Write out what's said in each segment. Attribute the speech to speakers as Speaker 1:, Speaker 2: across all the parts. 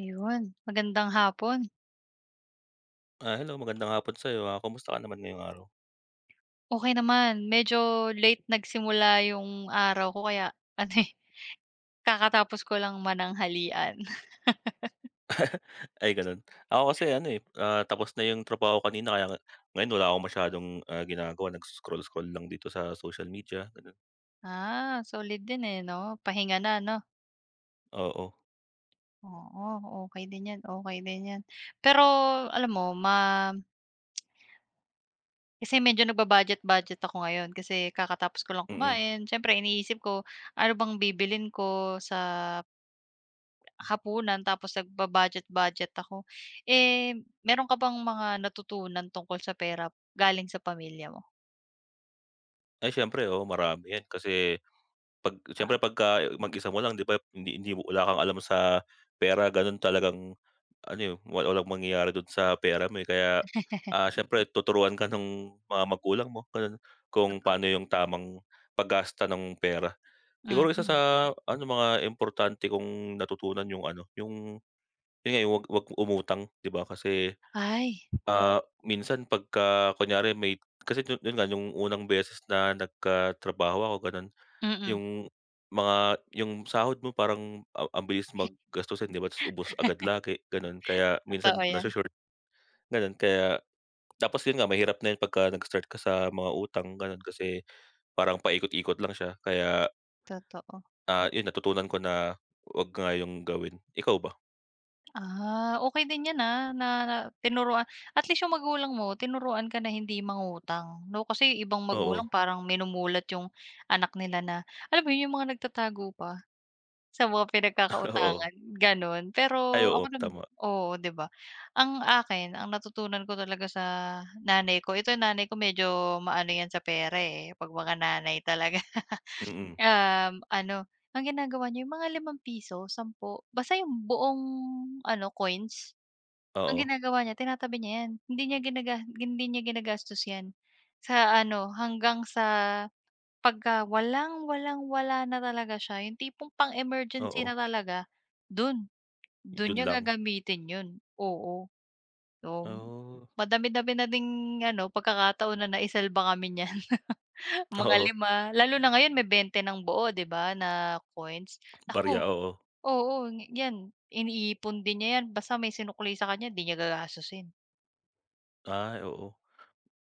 Speaker 1: Ayun, magandang hapon.
Speaker 2: Hello magandang hapon sa'yo, kamusta ka naman ngayong araw?
Speaker 1: Okay naman, medyo late nagsimula yung araw ko kaya ano, eh, kakatapos ko lang mananghalian.
Speaker 2: Ay gano'n. Ako kasi ano, eh, tapos na yung trabaho kanina kaya nga ngayon wala akong masyadong, ginagawa nagso-scroll-scroll lang dito sa social media gano'n,
Speaker 1: Ah, solid din, eh, 'no? Pahinga na 'no?
Speaker 2: oo,
Speaker 1: Oo, okey din 'yan, okey din 'yan. Pero alam mo ma kasi medyo nagba-budget-budget ako ngayon kasi kakatapos ko lang
Speaker 2: mm.
Speaker 1: kumain. Siyempre iniisip ko, ano bang bibilin ko sa hapunan tapos nagba-budget-budget ako. Eh, meron ka bang mga natutunan tungkol sa pera galing sa pamilya mo?
Speaker 2: Ay siyempre oh marami 'yan kasi 'pag siyempre
Speaker 1: Oo.
Speaker 2: pagka mag-isa mo lang 'di ba hindi hindi mo wala kang alam sa pera gano'n talagang ano, eh, walang mangyayari do'n sa pera mo, eh, kaya, siyempre tuturuan ka ng mga magulang mo gano'n, kung
Speaker 1: Totoo,
Speaker 2: paano yung tamang paggasta ng pera. Siguro isa
Speaker 1: mm.
Speaker 2: sa ano, mga importante kong natutunan yung ano, yung yun nga, yung 'wag umutang, 'di ba? Kasi,
Speaker 1: Ay,
Speaker 2: ah, minsan pagka kunyari may kasi yun yun nga, yung unang beses na nagkatrabaho ako gano'n,
Speaker 1: mm.
Speaker 2: yung mga yung sahod mo parang ang bilis mag 'di ba? Ta's ubos agad lagi, gano'n. Kaya
Speaker 1: Totoo
Speaker 2: minsan
Speaker 1: 'yan,
Speaker 2: naso-short, gano'n. Kaya tapos yun nga, mahirap na yun pagka nag-start ka sa mga utang, gano'n. Kasi parang paikot-ikot lang siya kaya
Speaker 1: totoo.
Speaker 2: 'Yun natutunan ko na 'wag nga yung gawin. Ikaw ba?
Speaker 1: Ah, okay din 'yan, ah, na na tinuruan at least yung magulang mo tinuruan ka na hindi mangutang 'no, kasi ibang
Speaker 2: Oo,
Speaker 1: magulang parang minumulat yung anak nila na alam mo 'yun, yung mga nagtatago pa. Sa mga
Speaker 2: oo.
Speaker 1: pinagkakautangan, gano'n.
Speaker 2: Ay
Speaker 1: Pero
Speaker 2: oo,
Speaker 1: ako nam
Speaker 2: tama.
Speaker 1: oo, 'di ba? Ang akin, ang natutunan ko talaga sa nanay ko, ito yung nanay ko medyo maano 'yan sa pera, eh, 'pag mga nanay talaga.
Speaker 2: Mm,
Speaker 1: Um, ano, ang ginagawa niya yung mga limang piso 10, basta yung buong ano, coins. Ang
Speaker 2: oo,
Speaker 1: ginagawa niya tinatabi niya 'yan, hindi niya ginagastos 'yan. Sa ano, hanggang sa pagka walang-walang-wala na talaga siya, yung tipong pang-emergency
Speaker 2: oo,
Speaker 1: na talaga, dun, dun
Speaker 2: dun
Speaker 1: niya
Speaker 2: lang.
Speaker 1: gagamitin yun, oo. So,
Speaker 2: Oh,
Speaker 1: madami-dami na ding ano, pagkakataon na naisalba kami niyan, mga
Speaker 2: oo,
Speaker 1: lima lalo na ngayon may 20 ng buo 'di ba na coins. Naku,
Speaker 2: barya, oo.
Speaker 1: oo, yan iniipon din niya yan basta may sinukli sa kanya 'di niya gagastusin.
Speaker 2: Ay, oo.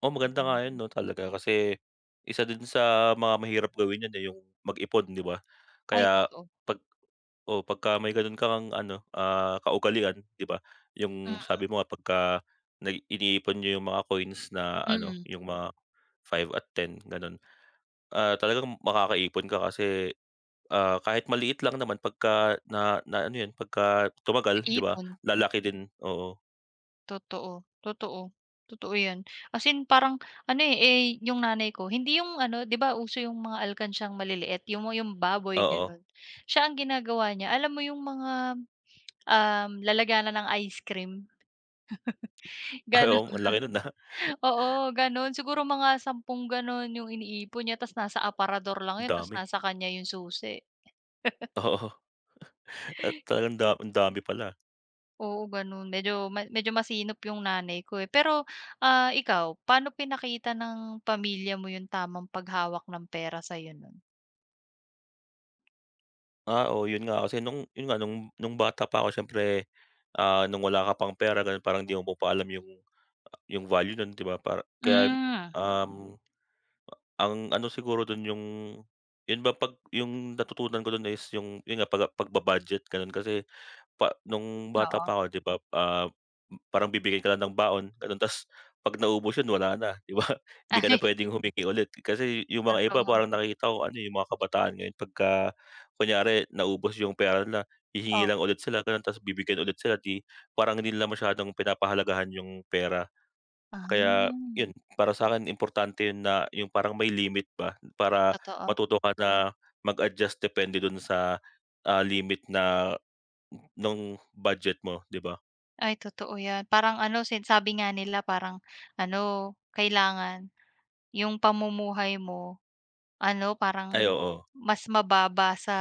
Speaker 2: Oh, maganda nga 'yun
Speaker 1: Mm.
Speaker 2: 'no talaga kasi isa din sa mga mahirap gawin 'yun, eh, yung mag-ipon, 'di ba?
Speaker 1: Ay
Speaker 2: Kaya
Speaker 1: totoo.
Speaker 2: 'pag oh pagka may gano'n kang ano, kaugalian, 'di ba,
Speaker 1: Mm,
Speaker 2: yung sabi mo nga pagka iniipon niyo yung mga coins na ano,
Speaker 1: mm,
Speaker 2: yung mga 5 at 10 gano'n. Talagang makakaipon ka kasi, kahit maliit lang naman pagka na na ano 'yun, pagka tumagal 'di ba,
Speaker 1: naipon.
Speaker 2: lalaki din, oo,
Speaker 1: Totoo, totoo. Totoo 'yan. As in parang ano, eh, yung nanay ko hindi yung ano 'di ba uso yung mga alkansyang maliliit, yung baboy
Speaker 2: oo.
Speaker 1: gano'n. Siya ang ginagawa niya, alam mo yung mga, lalaganan ng ice cream,
Speaker 2: Ay,
Speaker 1: gano'n.
Speaker 2: oo, ang laki nun,
Speaker 1: Oo, gano'n. Siguro mga sampung gano'n yung iniipon niya ta's nasa aparador lang 'yun ta's
Speaker 2: dami.
Speaker 1: nasa kanya yung susi.
Speaker 2: Oo, at talagang ang dami pala.
Speaker 1: Oo, gano'n. Medyo ma medyo masinop yung nanay ko, eh. Pero, ah, ikaw, paano pinakita ng pamilya mo yung tamang paghawak ng pera sa'yo nun?
Speaker 2: Oo, 'yun nga kasi nung 'yun nga nung bata pa ako siyempre, nung wala ka pang pera gano'n parang 'di mo pa alam 'yung value nun 'di ba para kaya,
Speaker 1: Hmm,
Speaker 2: um ang ano siguro dun yung yun ba 'pag yung natutunan ko dun is yung yun nga pagba-budget ganun kasi pa nung bata
Speaker 1: oo.
Speaker 2: pa ako 'di ba, parang bibigyan ka lang ng baon ganun ta's 'pag naubos yun wala na 'di ba? Hindi ka na
Speaker 1: Ay,
Speaker 2: puwedeng humingi ulit kasi yung mga iba
Speaker 1: totoo.
Speaker 2: parang nakikita ko ano, eh, yung mga kabataan ngayon pagka kunyari naubos yung pera nila
Speaker 1: Oh,
Speaker 2: hihingi lang ulit sila ganun ta's bibigyan ulit sila 'di parang hindi nila masyadong pinapahalagahan yung pera. Kaya
Speaker 1: ah,
Speaker 2: yun, para sa'kin importante yun na yung parang may limit ba, para
Speaker 1: totoo.
Speaker 2: matuto ka na mag-adjust depende dun sa, limit na ng budget mo, 'di ba?
Speaker 1: Ay, totoo 'yan. Parang ano, sin sabi nga nila parang ano, kailangan yung pamumuhay mo, ano
Speaker 2: Ay
Speaker 1: parang
Speaker 2: oo,
Speaker 1: mas mababa sa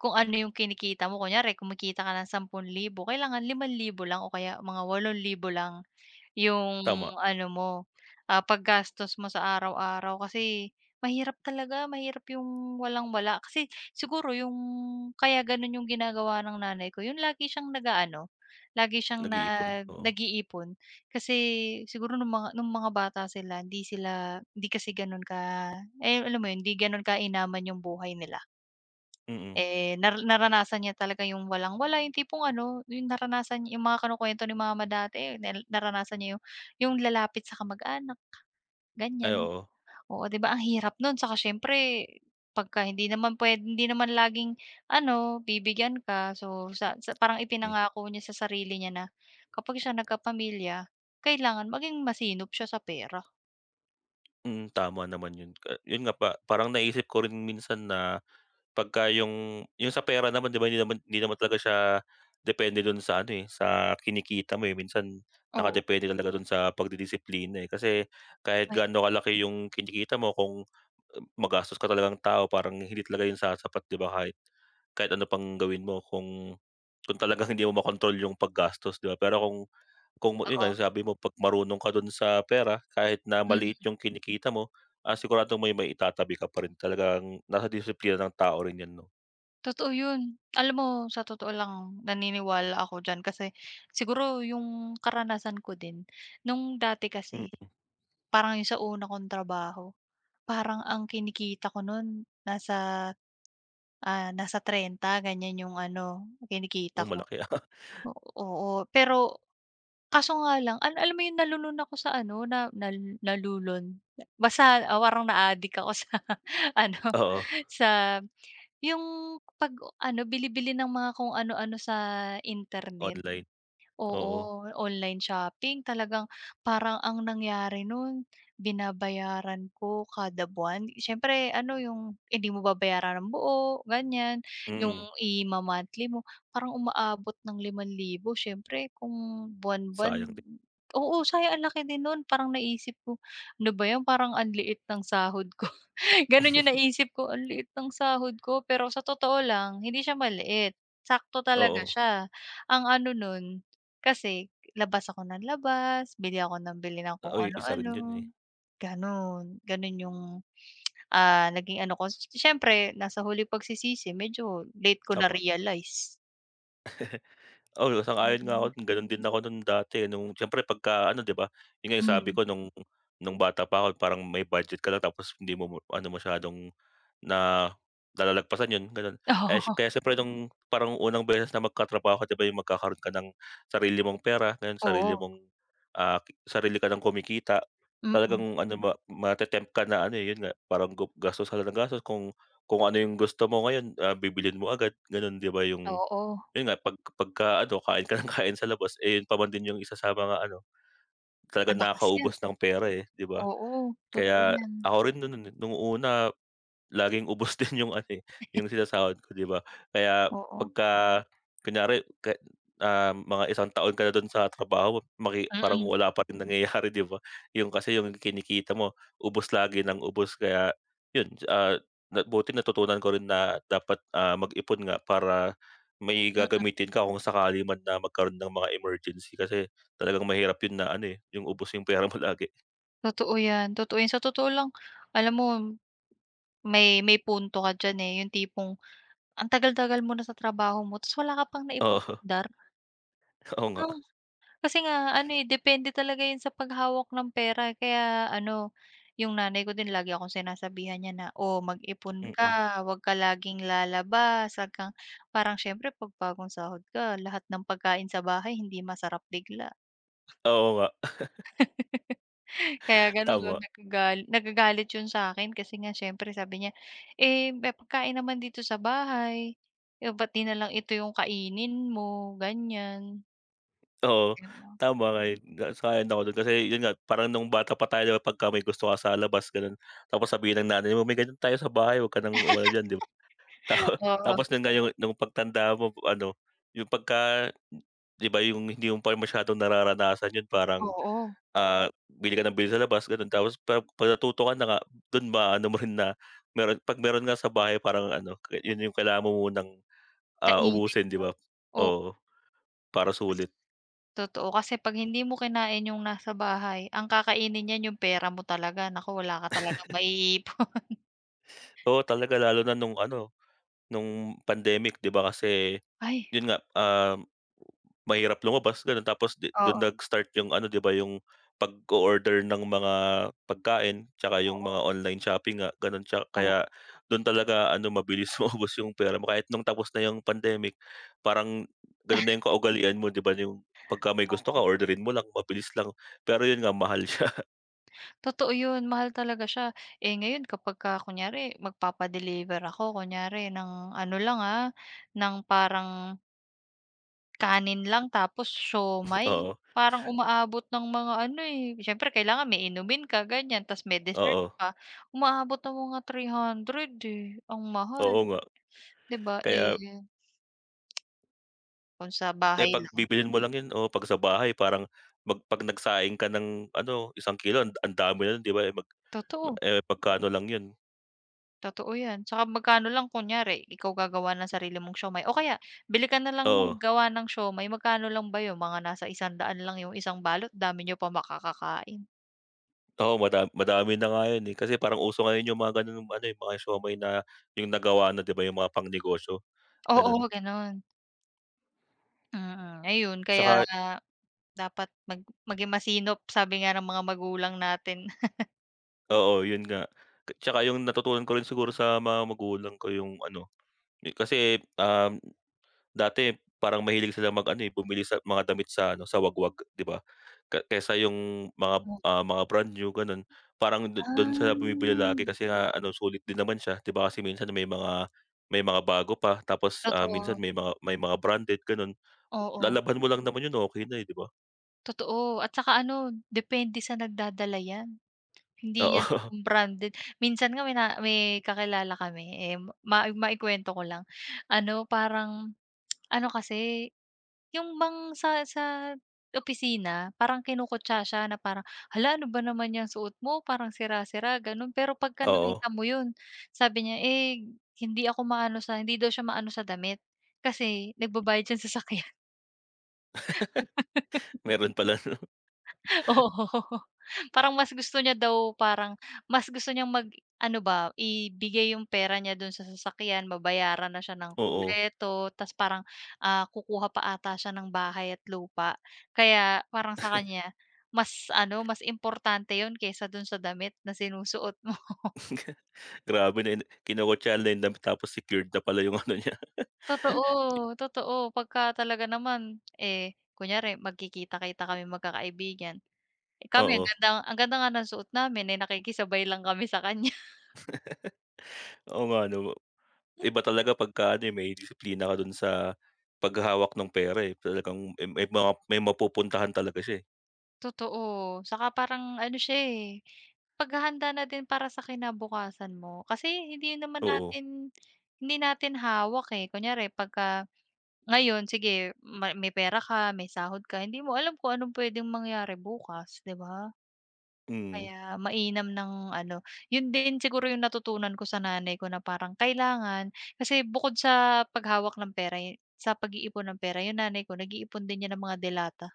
Speaker 1: kung ano yung kinikita mo. Kunyari kumikita ka ng ₱10,000 kailangan limang libo lang o kaya mga walong libo lang. Yung
Speaker 2: tama,
Speaker 1: ano mo, ah, paggastos mo sa araw-araw kasi mahirap talaga, mahirap yung walang-wala. Kasi siguro yung kaya gano'n yung ginagawa ng nanay ko, yun lagi siyang nag-aano, lagi siyang
Speaker 2: nag-iipon,
Speaker 1: nag
Speaker 2: oo.
Speaker 1: nag-iipon. Kasi siguro nung mga bata sila hindi kasi gano'n ka eh, alam mo yun, hindi gano'n kainaman yung buhay nila.
Speaker 2: Mm,
Speaker 1: Eh, naranasan niya talaga yung walang-wala, yung tipong ano, yung naranasan niya yung mga kinukuwento ni mama dati, naranasan niya yung lalapit sa kamag-anak,
Speaker 2: ay
Speaker 1: ganyan.
Speaker 2: oo,
Speaker 1: Oo, 'di ba ang hirap nun saka siyempre pagka hindi naman pwede hindi naman laging ano, bibigyan ka. So, sa parang
Speaker 2: hmm,
Speaker 1: ipinangako niya sa sarili niya na kapag siya nagkapamilya, kailangan maging masinop siya sa pera.
Speaker 2: mm, tama naman yun. Yun nga pa parang naisip ko rin minsan na pagka yung sa pera naman 'di ba, hindi naman talaga siya depende don sa ano, eh, sa kinikita mo, eh, minsan
Speaker 1: Oo,
Speaker 2: nakadepende talaga don sa pagdidisiplina, eh. Kasi kahit
Speaker 1: ay
Speaker 2: gaano kalaki yung kinikita mo kung magastos ka talagang tao parang hindi talaga yun sasapat 'di ba, kahit kahit ano pang gawin mo kung talagang hindi mo makontrol yung paggastos 'di ba. Pero kung yun nga,
Speaker 1: oo.
Speaker 2: yung sabi mo 'pag marunong ka dun sa pera kahit na
Speaker 1: Mm.
Speaker 2: maliit yung kinikita mo, siguradong may itatabi ka pa rin. Talagang nasa disiplina ng tao rin yan 'no?
Speaker 1: Totoo 'yun. Alam mo sa totoo lang naniniwala ako diyan kasi siguro yung karanasan ko din nung dati kasi
Speaker 2: Mm,
Speaker 1: parang yung sa una kong trabaho, parang ang kinikita ko nun nasa, ah, nasa trenta ganyan yung ano kinikita
Speaker 2: nung
Speaker 1: ko.
Speaker 2: malaki,
Speaker 1: Oo, oo. Pero kaso nga lang alam mo yung nalulun ako sa ano na nal nalulun basta ah, parang na-adik ako sa ano
Speaker 2: oo,
Speaker 1: sa yung 'pag ano, bili-bili ng mga kung ano-ano sa internet.
Speaker 2: online,
Speaker 1: Oo,
Speaker 2: oo,
Speaker 1: online shopping talagang parang ang nangyari nun binabayaran ko kada buwan. Siyempre ano yung hindi mo babayaran ng buo, ganyan. Yung
Speaker 2: mm,
Speaker 1: ima-monthly mo parang umaabot ng 5,000 siyempre kung buwan-buwan
Speaker 2: sayang din.
Speaker 1: oo, sayang ang laki din nun. Parang naisip ko, "Ano ba 'yan parang ang liit ng sahod ko." Gano'n yung naisip ko, "Ang liit ng sahod ko." Pero sa totoo lang hindi siya maliit, sakto talaga
Speaker 2: Oo,
Speaker 1: siya. Ang ano nun kasi labas ako ng labas, bili ako ng bili ng kung
Speaker 2: uy, isa rin yun,
Speaker 1: ano-ano,
Speaker 2: eh,
Speaker 1: gano'n. Gano'n yung, ah, naging ano ko. Siyempre nasa huli pagsisisi medyo late ko
Speaker 2: tama.
Speaker 1: na-realize.
Speaker 2: Oo, sang-ayon nga ako,
Speaker 1: Mm.
Speaker 2: gano'n din ako nung dati, eh, nung siyempre pagka ano 'di ba, 'yun nga yung sabi
Speaker 1: Hmm.
Speaker 2: ko nung bata pa ako parang may budget ka lang tapos hindi mo ano masyadong na nalalagpasan 'yun gano'n. Eh,
Speaker 1: Oo,
Speaker 2: kaya siyempre nung parang unang beses na magkatrabaho ka 'di ba yung magkakaroon ka ng sarili mong pera, ngayon
Speaker 1: oo.
Speaker 2: sarili mong, sarili ka ng kumikita,
Speaker 1: Mm.
Speaker 2: talagang ano mate ka na ano, eh, 'yun nga parang gastos ka lang ng gastos kung ano yung gusto mo ngayon, bibilhin mo agad gano'n 'di ba yung
Speaker 1: Oo,
Speaker 2: yun nga, pagka ano, kain ka ng kain sa labas, eh, yun pa man din yung isa sa mga ano, talagang
Speaker 1: malakas 'yan.
Speaker 2: nakakaubos ng pera, eh, 'di ba?
Speaker 1: Oo, totoo
Speaker 2: Kaya
Speaker 1: 'yan.
Speaker 2: ako rin nun nun nung una laging ubos din yung ano, eh, yung sinasahod ko, 'di ba? Kaya
Speaker 1: Oo.
Speaker 2: pagka kunyari ka mga isang taon ka na dun sa trabaho parang
Speaker 1: Mm,
Speaker 2: wala pa rin nangyayari, 'di ba? Yung kasi yung kinikita mo ubos lagi ng ubos kaya yun, na buti natutunan ko rin na dapat, mag-ipon nga para may
Speaker 1: mm.
Speaker 2: gagamitin ka kung sakali man na magkaroon ng mga emergency kasi talagang mahirap yun na ano, eh, yung ubos yung pera mo lagi.
Speaker 1: Totoo 'yan, totoo 'yan. Sa totoo lang, alam mo may punto ka diyan, eh, yung tipong ang tagal-tagal mo na sa trabaho mo ta's wala ka pang
Speaker 2: Oo,
Speaker 1: naipupundar.
Speaker 2: oo nga,
Speaker 1: Kasi nga ano, eh, depende talaga 'yun sa paghawak ng pera, eh, kaya ano, yung nanay ko din lagi akong sinasabihan niya na, "Oh, mag-ipon
Speaker 2: mm.
Speaker 1: ka, wag ka laging lalabas, wag kang" parang siyempre 'pag bagong sahod ka lahat ng pagkain sa bahay hindi masarap bigla.
Speaker 2: Oo nga,
Speaker 1: Kaya gano'n
Speaker 2: tama.
Speaker 1: nagagalit 'yun sa akin kasi nga siyempre sabi niya, "Eh, may pagkain naman dito sa bahay, eh, ba't 'di nalang ito yung kainin mo?" ganyan
Speaker 2: Oo,
Speaker 1: 'di ba?
Speaker 2: tama ka, eh, na sang-ayon ako do'n kasi yun nga parang nung bata pa tayo 'di ba pagka may gusto ka sa labas gano'n, tapos sabihin ng nanay mo, "May ganito tayo sa bahay, 'wag ka ng umano diyan," 'di ba? Tapo
Speaker 1: Oo,
Speaker 2: Tapos nung nga nung pagtanda mo ano, yung pagka 'di ba yung hindi mo pa masyadong nararanasan yun parang,
Speaker 1: oo,
Speaker 2: bili ka ng bili sa labas gano'n tapos pag pag natuto ka na nga dun maaano mo rin na meron 'pag meron nga sa bahay parang ano, yun yung kailangan mo munang,
Speaker 1: kainin
Speaker 2: ubusin 'di ba?
Speaker 1: 'no.
Speaker 2: Oo, para
Speaker 1: Kas
Speaker 2: sulit.
Speaker 1: totoo kasi 'pag hindi mo kinain yung nasa bahay, ang kakainin niyan yung pera mo talaga, naku wala ka talagang maiipon.
Speaker 2: Oo, talaga lalo na nung ano nung pandemic 'di ba kasi
Speaker 1: Ay,
Speaker 2: yun nga, mahirap lumabas gano'n tapos dun
Speaker 1: oo,
Speaker 2: nag-start yung ano 'di ba yung pag order ng mga pagkain tsaka yung
Speaker 1: oo,
Speaker 2: mga online shopping nga gano'n
Speaker 1: oo,
Speaker 2: kaya dun talaga ano mabilis maubos yung pera mo kahit nung tapos na yung pandemic parang gano'n na yung kaugalian mo 'di ba yung pagka may gusto
Speaker 1: oo.
Speaker 2: ka orderin mo lang mabilis lang pero yun nga mahal siya.
Speaker 1: Totoo yun, mahal talaga siya. Eh, ngayon kapagka kunyari magpapa-deliver ako kunyari ng ano lang, ah, ng parang kanin lang tapos siomai,
Speaker 2: Oo,
Speaker 1: parang umaabot ng mga ano, eh, siyempre kailangan may inumin ka ganyan, tas may dessert
Speaker 2: oo,
Speaker 1: pa, umaabot ng mga 300 eh, ang
Speaker 2: oo
Speaker 1: mahal.
Speaker 2: nga
Speaker 1: 'Di ba,
Speaker 2: kaya
Speaker 1: eh, kung sa
Speaker 2: eh,
Speaker 1: bahay
Speaker 2: 'pag
Speaker 1: lang
Speaker 2: bibilhin mo lang 'yun o 'pag sa bahay parang 'pag nagsaing ka ng ano, isang kilo ang dami na nun 'di ba, eh,
Speaker 1: totoo,
Speaker 2: eh, magkano lang 'yun.
Speaker 1: totoo 'yan. Tsaka magkano lang kunyari ikaw gagawa ng sarili mong siomai o kaya bili ka na lang ng
Speaker 2: Oo,
Speaker 1: gawa ng siomai, magkano lang ba 'yun, mga nasa 100 lang 'yung isang balot, dami niyo pa makakakain.
Speaker 2: oo madami na nga 'yun, eh, kasi parang uso ngayon 'yung mga gano'ng ano, eh, mga siomai na 'yung nagawa na 'di ba, 'yung mga pangnegosyo, gano'n.
Speaker 1: Oo, gano'n. Mm, ayun kaya
Speaker 2: Tsaka
Speaker 1: dapat mag maging masinop sabi nga ng mga magulang natin.
Speaker 2: oo 'yun nga, tsaka 'yung natutunan ko rin siguro sa mga magulang ko 'yung ano, eh, kasi, dati parang mahilig sila ano, eh, bumili sa mga damit sa ano, sa Wagwag, 'di ba? Kaysa yung mga,
Speaker 1: Oh,
Speaker 2: mga brand new gano'n, parang do'n sila bumibili
Speaker 1: ah,
Speaker 2: lagi kasi nga ano, sulit din naman siya, 'di ba? Kasi minsan may mga bago pa tapos, minsan
Speaker 1: totoo,
Speaker 2: may mga branded gano'n.
Speaker 1: oo,
Speaker 2: Lalaban mo lang naman 'yun, okay na, eh, 'di ba?
Speaker 1: totoo at saka ano depende sa nagdadala 'yan. Hindi
Speaker 2: Oo,
Speaker 1: yan sa kung branded. Minsan nga may na may kakilala kami, eh, maikwento ko lang. Ano, parang ano kasi, yung bang sa opisina parang kinukutya siya na parang, "Hala, ano ba naman yung suot mo, parang sira-sira," gano'n. Pero pagka
Speaker 2: oo.
Speaker 1: nakita mo 'yun, sabi niya, eh, hindi ako maano sa hindi daw siya maano sa damit kasi nagbabayad siya sa sasakyan.
Speaker 2: Meron pala, no,
Speaker 1: Oo. Parang mas gusto niya daw parang mas gusto niyang mag-ano ba, ibigay yung pera niya dun sa sasakyan, babayaran na siya ng
Speaker 2: oo.
Speaker 1: kumpleto, ta's parang, ah, kukuha pa ata siya ng bahay at lupa. Kaya parang sa kanya, mas ano, mas importante yun kaysa dun sa damit na sinusuot mo.
Speaker 2: Grabe na kinokotsahan na yung tapos secured na pala yung ano niya.
Speaker 1: Totoo, totoo. Pagka talaga naman, eh, kunyari magkikita-kita kami magkakaibigan, eh, kami
Speaker 2: Oo.
Speaker 1: ang ganda nga ng suot namin, eh, nakikisabay lang kami sa kanya.
Speaker 2: Oo nga 'no. Iba talaga pagka ano, eh, may disiplina ka dun sa paghahawak ng pera, eh. Talagang may mga may mapupuntahan talaga siya, eh.
Speaker 1: Totoo, saka parang ano siya, eh, paghahanda na din para sa kinabukasan mo. Kasi hindi naman
Speaker 2: Oo,
Speaker 1: natin hindi natin hawak, eh. Kunyari pagka ngayon sige ma may pera ka, may sahod ka, hindi mo alam kung anong puwedeng mangyari bukas, 'di ba?
Speaker 2: mm.
Speaker 1: Kaya mainam ng ano, 'yun din siguro 'yung natutunan ko sa nanay ko na parang kailangan kasi bukod sa paghawak ng pera, y- sa pag-iipon ng pera 'yung nanay ko nag-iipon din niya ng mga delata.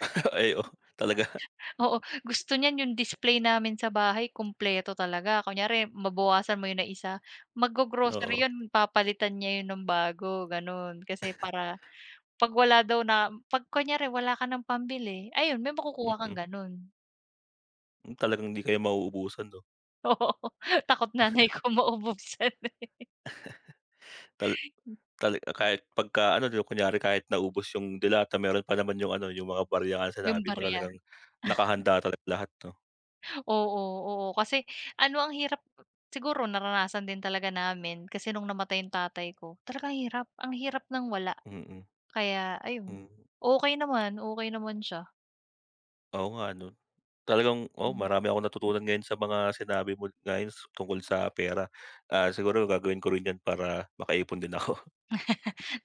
Speaker 2: Ay, oo, talaga,
Speaker 1: Oo, gusto niyan yung display namin sa bahay kumpleto talaga. Kunyari mabawasan mo yun na isa, maggo-grocery
Speaker 2: oo,
Speaker 1: yun papalitan niya yun ng bago, gano'n. Kasi para 'pag wala daw na 'pag kunyari wala ka ng pambili, ayun may makukuha
Speaker 2: mm-mm,
Speaker 1: kang
Speaker 2: mm.
Speaker 1: gano'n.
Speaker 2: Hmm, talagang hindi kayo mauubusan 'no.
Speaker 1: Oo, takot nanay ko maubusan, eh,
Speaker 2: Tal Tala kahit pagka ano 'di ba, kunyari kahit naubos yung delata meron pa naman yung ano, yung mga barya nga na
Speaker 1: yung
Speaker 2: sinabi mo
Speaker 1: barya.
Speaker 2: talagang nakahanda talaga lahat 'no.
Speaker 1: Oo, oo, kasi ano ang hirap siguro naranasan din talaga namin kasi nung namatay yung tatay ko, talagang hirap, ang hirap ng wala.
Speaker 2: Mm-mm.
Speaker 1: Kaya
Speaker 2: Mm,
Speaker 1: ayun,
Speaker 2: hmm.
Speaker 1: okey naman siya.
Speaker 2: Oo nga 'no. Talagang oo,
Speaker 1: Hmm.
Speaker 2: marami akong natutunan ngayon sa mga sinabi mo ngayon tungkol sa pera. Siguro gagawin ko rin 'yan para makaipon din ako.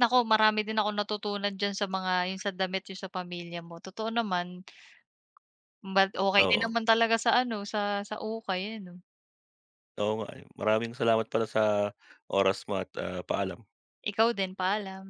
Speaker 1: Naku, marami din akong natutunan diyan sa mga yung sa damit, yung sa pamilya mo. Totoo naman, but okey din
Speaker 2: Oo,
Speaker 1: naman talaga sa ano, sa ukay ano.
Speaker 2: oo nga, eh. Maraming salamat pala sa oras mo at, paalam.
Speaker 1: Ikaw din, paalam.